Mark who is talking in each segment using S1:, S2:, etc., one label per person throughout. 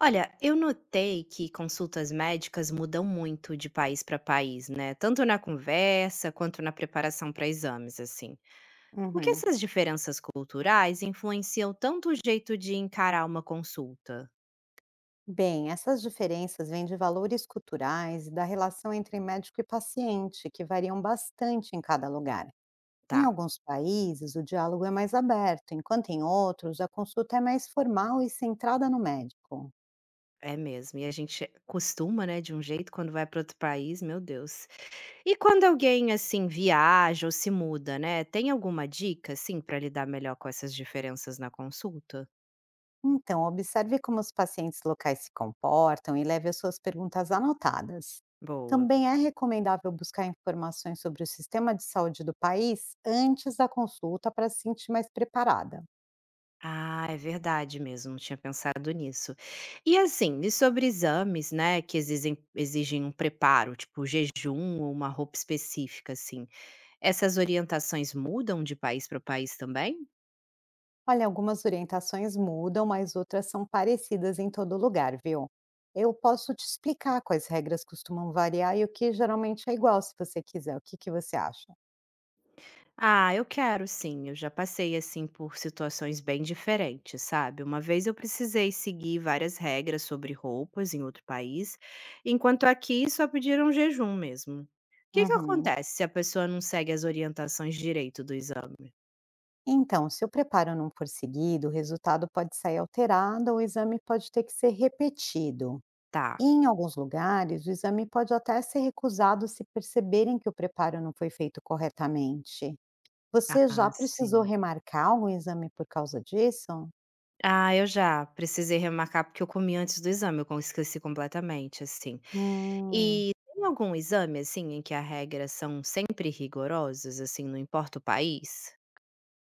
S1: Olha, eu notei que consultas médicas mudam muito de país para país, né? Tanto na conversa quanto na preparação para exames, assim. Por que
S2: Uhum.
S1: essas diferenças culturais influenciam tanto o jeito de encarar uma consulta?
S2: Bem, essas diferenças vêm de valores culturais e da relação entre médico e paciente, que variam bastante em cada lugar.
S1: Tá,
S2: Em alguns países, o diálogo é mais aberto, enquanto em outros, a consulta é mais formal e centrada no médico.
S1: é mesmo. E a gente costuma, né, de um jeito quando vai para outro país, meu Deus. E quando alguém assim viaja ou se muda, né? Tem alguma dica assim para lidar melhor com essas diferenças na consulta?
S2: Então, observe como os pacientes locais se comportam e leve as suas perguntas anotadas.
S1: Boa.
S2: Também é recomendável buscar informações sobre o sistema de saúde do país antes da consulta para se sentir mais preparada.
S1: Ah, é verdade mesmo, não tinha pensado nisso. E assim, e sobre exames, né, que exigem um preparo, tipo jejum ou uma roupa específica, assim. Essas orientações mudam de país para país também?
S2: Olha, algumas orientações mudam, mas outras são parecidas em todo lugar, viu? Eu posso te explicar quais regras costumam variar e o que geralmente é igual, se você quiser. O que que você acha?
S1: Ah, eu quero sim, eu já passei assim por situações bem diferentes, sabe? Uma vez eu precisei seguir várias regras sobre roupas em outro país, enquanto aqui só pediram jejum mesmo. O que que
S2: Uhum.
S1: acontece se a pessoa não segue as orientações direito do exame?
S2: Então, se o preparo não for seguido, o resultado pode sair alterado ou o exame pode ter que ser repetido. E,
S1: Tá.
S2: em alguns lugares, o exame pode até ser recusado se perceberem que o preparo não foi feito corretamente. Você
S1: Ah,
S2: já precisou
S1: sim.
S2: remarcar algum exame por causa disso?
S1: Ah, eu já precisei remarcar, porque eu comi antes do exame, eu com esqueci completamente, assim.
S2: Hum.
S1: E tem algum exame, assim, em que as regras são sempre rigorosas, assim, não importa o país?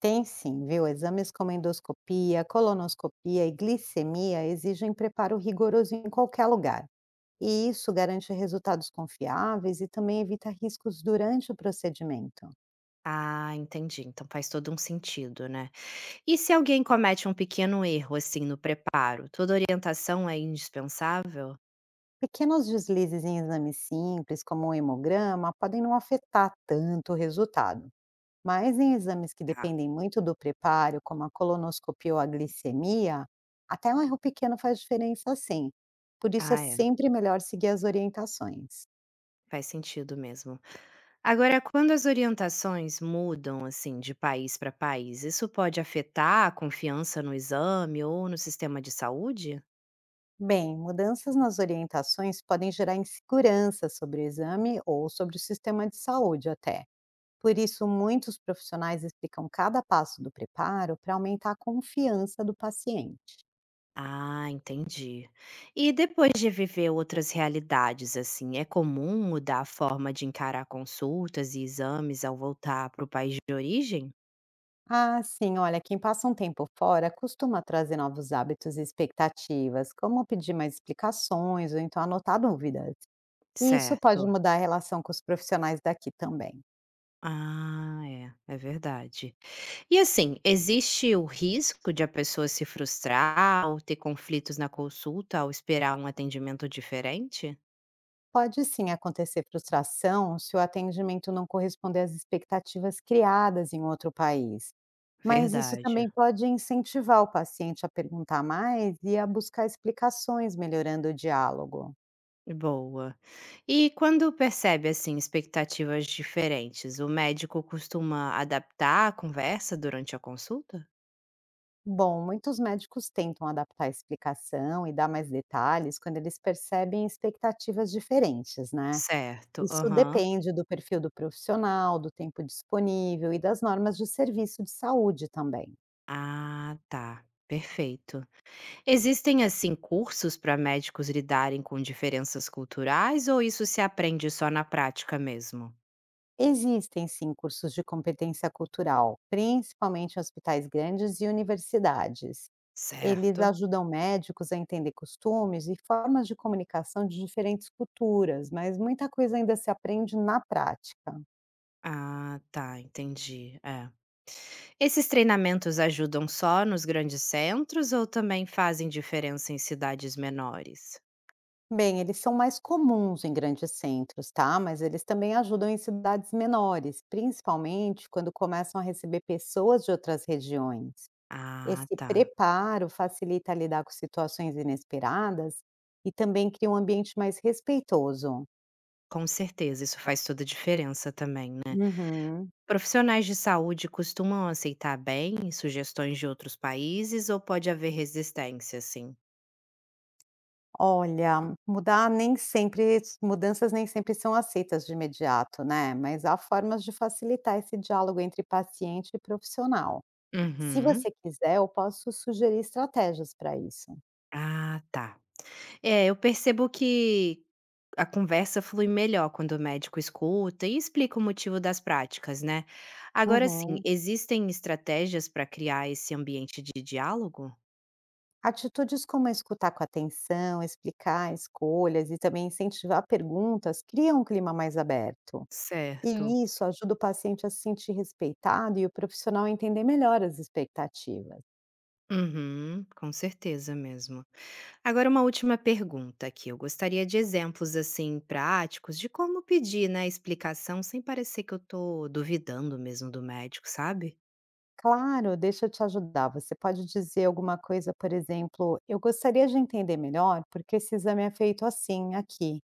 S2: Tem sim, viu? Exames como endoscopia, colonoscopia e glicemia exigem preparo rigoroso em qualquer lugar. E isso garante resultados confiáveis e também evita riscos durante o procedimento.
S1: Ah, entendi, então faz todo um sentido, né. E se alguém comete um pequeno erro, assim, no preparo, toda orientação é indispensável?
S2: Pequenos deslizes em exames simples, como o hemograma, podem não afetar tanto o resultado. Mas em exames que
S1: Tá.
S2: dependem muito do preparo, como a colonoscopia ou a glicemia, até um erro pequeno faz diferença sim. Por isso é
S1: Ah, é.
S2: sempre melhor seguir as orientações.
S1: Faz sentido mesmo. Agora, quando as orientações mudam assim de país para país, isso pode afetar a confiança no exame ou no sistema de saúde?
S2: Bem, mudanças nas orientações podem gerar insegurança sobre o exame ou sobre o sistema de saúde até. Por isso, muitos profissionais explicam cada passo do preparo para aumentar a confiança do paciente.
S1: Ah, entendi. E depois de viver outras realidades, assim, é comum mudar a forma de encarar consultas e exames ao voltar para o país de origem?
S2: Ah, sim, olha, quem passa um tempo fora costuma trazer novos hábitos e expectativas, como pedir mais explicações ou então anotar dúvidas. E isso pode
S1: Certo.
S2: mudar a relação com os profissionais daqui também.
S1: Ah, é, é verdade. E assim, existe o risco de a pessoa se frustrar ou ter conflitos na consulta ao esperar um atendimento diferente?
S2: Pode sim acontecer frustração se o atendimento não corresponder às expectativas criadas em outro país, mas isso
S1: Verdade.
S2: também pode incentivar o paciente a perguntar mais e a buscar explicações, melhorando o diálogo.
S1: Boa. E quando percebe assim expectativas diferentes, o médico costuma adaptar a conversa durante a consulta?
S2: Bom, muitos médicos tentam adaptar a explicação e dar mais detalhes quando eles percebem expectativas diferentes, né?
S1: Certo.
S2: Isso
S1: Aham.
S2: depende do perfil do profissional, do tempo disponível e das normas de serviço de saúde também.
S1: Ah, tá. Perfeito. Existem assim cursos para médicos lidarem com diferenças culturais ou isso se aprende só na prática mesmo?
S2: Existem sim cursos de competência cultural, principalmente em hospitais grandes e universidades. Eles
S1: Certo.
S2: ajudam médicos a entender costumes e formas de comunicação de diferentes culturas, mas muita coisa ainda se aprende na prática.
S1: Ah, tá, entendi, é. Esses treinamentos ajudam só nos grandes centros ou também fazem diferença em cidades menores?
S2: Bem, eles são mais comuns em grandes centros, tá? Mas eles também ajudam em cidades menores, principalmente quando começam a receber pessoas de outras regiões.
S1: Ah,
S2: Esse
S1: tá.
S2: preparo facilita lidar com situações inesperadas e também cria um ambiente mais respeitoso.
S1: Com certeza, isso faz toda a diferença também, né?
S2: Uhum.
S1: Profissionais de saúde costumam aceitar bem sugestões de outros países ou pode haver resistência, assim?
S2: Olha, mudar nem sempre mudanças nem sempre são aceitas de imediato, né? Mas há formas de facilitar esse diálogo entre paciente e profissional. Se
S1: Uhum.
S2: você quiser, eu posso sugerir estratégias para isso.
S1: Ah, tá. É, eu percebo que a conversa flui melhor quando o médico escuta e explica o motivo das práticas, né? Agora sim,
S2: Uhum.
S1: existem estratégias para criar esse ambiente de diálogo?
S2: Atitudes como escutar com atenção, explicar escolhas e também incentivar perguntas criam um clima mais aberto.
S1: Certo.
S2: E isso ajuda o paciente a se sentir respeitado e o profissional a entender melhor as expectativas.
S1: Uhum, com certeza mesmo. Agora, uma última pergunta aqui. Eu gostaria de exemplos assim práticos de como pedir, né, explicação sem parecer que eu tô duvidando mesmo do médico, sabe?
S2: Claro, deixa eu te ajudar. Você pode dizer alguma coisa, por exemplo, eu gostaria de entender melhor porque esse exame é feito assim, aqui.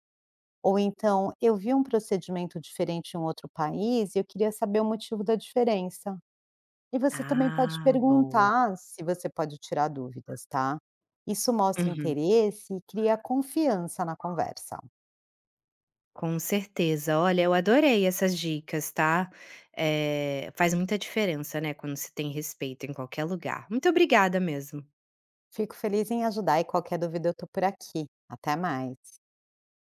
S2: Ou então, eu vi um procedimento diferente em um outro país e eu queria saber o motivo da diferença. E você também pode
S1: Ah, boa.
S2: perguntar se você pode tirar dúvidas, tá? Isso mostra
S1: Uhum.
S2: interesse e cria confiança na conversa.
S1: Com certeza. Olha, eu adorei essas dicas, tá? Faz muita diferença, né, quando se tem respeito em qualquer lugar. Muito obrigada mesmo.
S2: Fico feliz em ajudar e qualquer dúvida eu tô por aqui. Até mais.